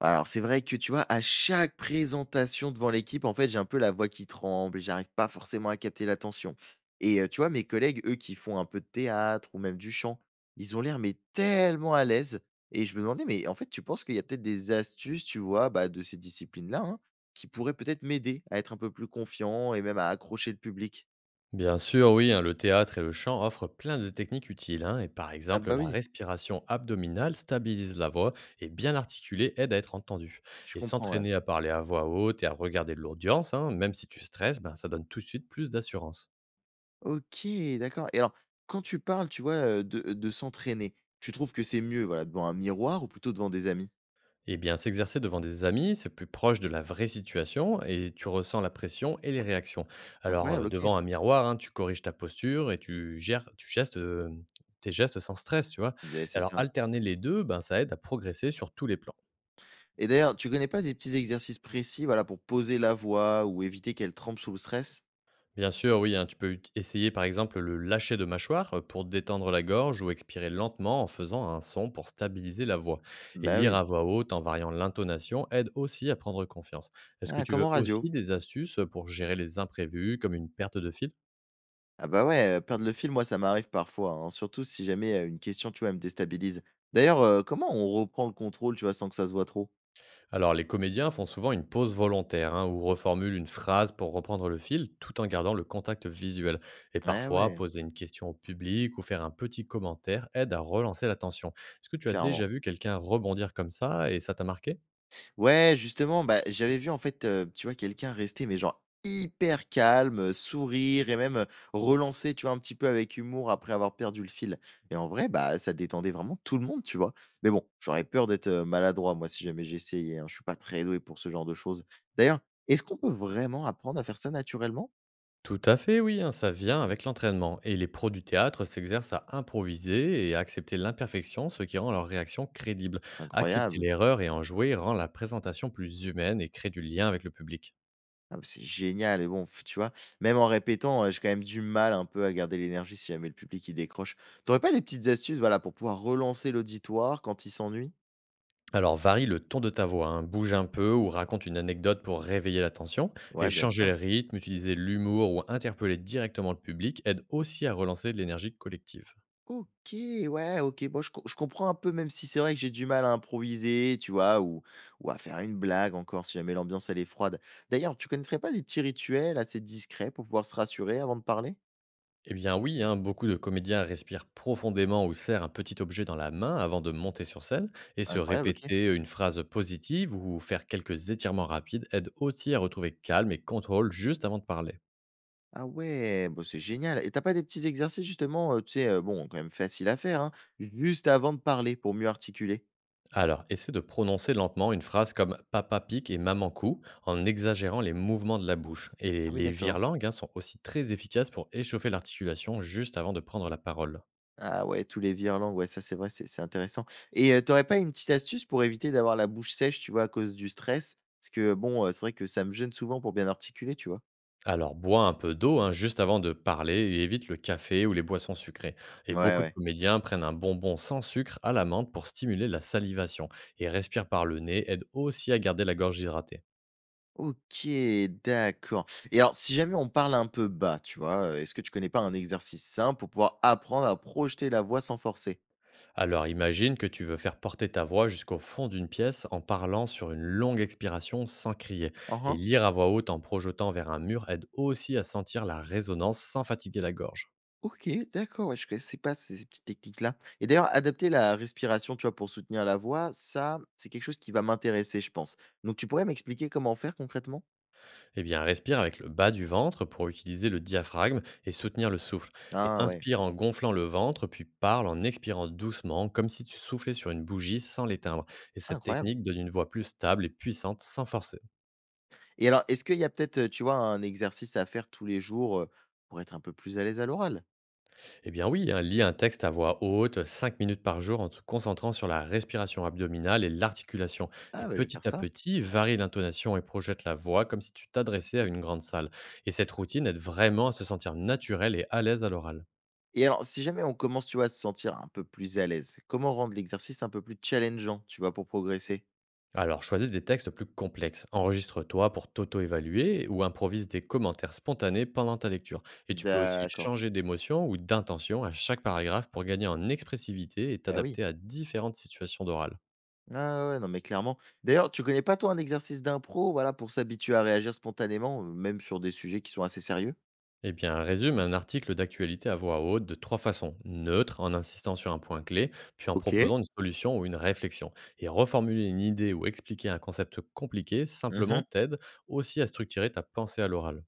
Alors, c'est vrai que, tu vois, à chaque présentation devant l'équipe, en fait, j'ai un peu la voix qui tremble et j'arrive pas forcément à capter l'attention. Et tu vois, mes collègues, eux, qui font un peu de théâtre ou même du chant, ils ont l'air, mais tellement à l'aise et je me demandais, mais en fait, tu penses qu'il y a peut-être des astuces, tu vois, bah, de ces disciplines-là, hein, qui pourraient peut-être m'aider à être un peu plus confiant et même à accrocher le public? Bien sûr, oui, hein, le théâtre et le chant offrent plein de techniques utiles. Hein, et par Ah exemple, bah, la oui, respiration abdominale stabilise la voix et bien l'articuler aide à être entendu. je Et comprends, ouais. s'entraîner à parler à voix haute et à regarder de l'audience, hein, même si tu stresses, ben, ça donne tout de suite plus d'assurance. OK, d'accord et alors, quand tu parles, tu vois, de s'entraîner, tu trouves que c'est mieux, voilà, devant un miroir ou plutôt devant des amis? Et bien, s'exercer devant des amis, c'est plus proche de la vraie situation et tu ressens la pression et les réactions. Alors, Incroyable, OK. devant un miroir, hein, tu corriges ta posture et tu gères, tu gestes tes gestes sans stress, tu vois. Beh, c'est Alors, ça. alterner les deux, ben, ça aide à progresser sur tous les plans. Et d'ailleurs, tu connais pas des petits exercices précis, voilà, pour poser la voix ou éviter qu'elle trempe sous le stress? Bien sûr, oui, hein, tu peux essayer par exemple le lâcher de mâchoire pour détendre la gorge ou expirer lentement en faisant un son pour stabiliser la voix. Et Bah lire oui. à voix haute en variant l'intonation aide aussi à prendre confiance. Est-ce que Ah, tu comme en veux radio. aussi des astuces pour gérer les imprévus comme une perte de fil? Ah bah ouais, perdre le fil, moi, ça m'arrive parfois, hein, surtout si jamais, une question, tu vois, elle me déstabilise. D'ailleurs, comment on reprend le contrôle, tu vois, sans que ça se voit trop? Alors, les comédiens font souvent une pause volontaire, hein, ou reformulent une phrase pour reprendre le fil tout en gardant le contact visuel. Et Ouais, parfois, ouais, poser une question au public ou faire un petit commentaire aide à relancer l'attention. Est-ce que tu as clairement. déjà vu quelqu'un rebondir comme ça et ça t'a marqué? Ouais, justement, bah, j'avais vu en fait, tu vois, quelqu'un rester, mais genre hyper calme, sourire et même, relancer, tu vois, un petit peu avec humour après avoir perdu le fil et en vrai, bah, ça détendait vraiment tout le monde, tu vois? Mais bon, j'aurais peur d'être maladroit moi si jamais j'essayais, hein. Je suis pas très doué pour ce genre de choses. D'ailleurs, est-ce qu'on peut vraiment apprendre à faire ça naturellement? Tout à fait, oui, hein, ça vient avec l'entraînement. Et les pros du théâtre s'exercent à improviser et à accepter l'imperfection, ce qui rend leur réaction crédible. Accepter Incroyable. l'erreur et en jouer rend la présentation plus humaine et crée du lien avec le public. Ah bah, c'est génial et bon, f tu vois? Même en répétant, j'ai quand même du mal un peu à garder l'énergie si jamais le public il décroche. T'aurais pas des petites astuces, voilà, pour pouvoir relancer l'auditoire quand il s'ennuie? Alors, varie le ton de ta voix, hein, bouge un peu ou raconte une anecdote pour réveiller l'attention. Et Ouais, bien changer sûr. le rythme, utiliser l'humour ou interpeller directement le public aide aussi à relancer de l'énergie collective. OK, ouais, OK. Bon, je comprends un peu, même si c'est vrai que j'ai du mal à improviser, tu vois? Ou à faire une blague encore si jamais l'ambiance elle est froide. D'ailleurs, tu connaîtrais pas des petits rituels assez discrets pour pouvoir se rassurer avant de parler? Eh bien oui, hein, beaucoup de comédiens respirent profondément ou serrent un petit objet dans la main avant de monter sur scène, et se Incroyable, OK. répéter une phrase positive ou faire quelques étirements rapides aide aussi à retrouver calme et contrôle juste avant de parler. Ah ouais, bon, c'est génial et t'as pas des petits exercices justement, tu sais, bon, quand même facile à faire, hein, juste avant de parler pour mieux articuler? Alors, essaie de prononcer lentement une phrase comme papa pique et maman cou en exagérant les mouvements de la bouche. Et Ah oui, les d'accord. virelangues, hein, sont aussi très efficaces pour échauffer l'articulation juste avant de prendre la parole. Ah ouais, tous les virelangues, ouais, ça c'est vrai, c'est intéressant et tu pas une petite astuce pour éviter d'avoir la bouche sèche, tu vois, à cause du stress? Parce que bon, c'est vrai que ça me gêne souvent pour bien articuler, tu vois? Alors, bois un peu d'eau, hein, juste avant de parler et évite le café ou les boissons sucrées. Et Ouais, beaucoup de ouais. comédiens prennent un bonbon sans sucre à la menthe pour stimuler la salivation. Et respire par le nez aide aussi à garder la gorge hydratée. OK, d'accord et alors si jamais on parle un peu bas, tu vois, est-ce que tu connais pas un exercice simple pour pouvoir apprendre à projeter la voix sans forcer? Alors imagine que tu veux faire porter ta voix jusqu'au fond d'une pièce en parlant sur une longue expiration sans crier. Et Mmh. lire à voix haute en projetant vers un mur aide aussi à sentir la résonance sans fatiguer la gorge. OK, d'accord, ouais, je connaissais pas ces petites techniques-là et d'ailleurs, adapter la respiration, tu vois, pour soutenir la voix, ça, c'est quelque chose qui va m'intéresser, je pense. Donc tu pourrais m'expliquer comment faire concrètement? Eh bien respire avec le bas du ventre pour utiliser le diaphragme et soutenir le souffle. Et Ah ouais, inspire en gonflant le ventre puis parle en expirant doucement comme si tu soufflais sur une bougie sans l'éteindre. Et cette incroyable technique donne une voix plus stable et puissante sans forcer. et alors, est-ce qu'il y a peut-être, tu vois, un exercice à faire tous les jours, pour être un peu plus à l'aise à l'oral? Eh bien oui, hein, lis un texte à voix haute, 5 minutes par jour, en te concentrant sur la respiration abdominale et l'articulation. Et Ah bah, je vais faire petit à ça petit, varie l'intonation et projette la voix comme si tu t'adressais à une grande salle. Et cette routine aide vraiment à se sentir naturel et à l'aise à l'oral. et alors, si jamais on commence, tu vois, à se sentir un peu plus à l'aise, comment rendre l'exercice un peu plus challengeant, tu vois, pour progresser? Alors choisis des textes plus complexes, enregistre-toi pour t'auto-évaluer ou improvise des commentaires spontanés pendant ta lecture. Et tu peux aussi D'accord. changer d'émotion ou d'intention à chaque paragraphe pour gagner en expressivité et Bah oui. t'adapter à différentes situations d'oral. Ah ouais, ouais, non mais clairement. D'ailleurs, tu connais pas toi un exercice d'impro, voilà, pour s'habituer à réagir spontanément, même sur des sujets qui sont assez sérieux? Eh bien, résume un article d'actualité à voix haute de trois façons. Neutre, en insistant sur un point clé, puis en OK. proposant une solution ou une réflexion. Et reformuler une idée ou expliquer un concept compliqué simplement Mmh. t'aide aussi à structurer ta pensée à l'oral.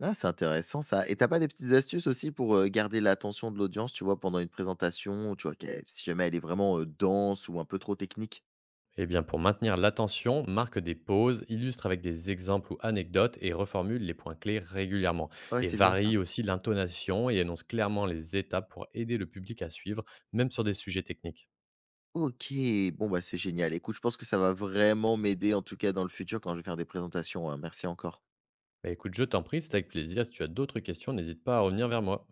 Ah, c'est intéressant ça et t'as pas des petites astuces aussi pour, garder l'attention de l'audience, tu vois, pendant une présentation, tu vois, qu'elle si jamais elle est vraiment, dense ou un peu trop technique? Eh bien, pour maintenir l'attention, marque des pauses, illustre avec des exemples ou anecdotes et reformule les points clés régulièrement. Ouais, Et c'est bien ça. varie aussi l'intonation et annonce clairement les étapes pour aider le public à suivre, même sur des sujets techniques. OK, bon, bah, c'est génial. Écoute, je pense que ça va vraiment m'aider, en tout cas, dans le futur quand je vais faire des présentations, hein. Merci encore. Bah écoute, je t'en prie, c'est avec plaisir. Si tu as d'autres questions, n'hésite pas à revenir vers moi.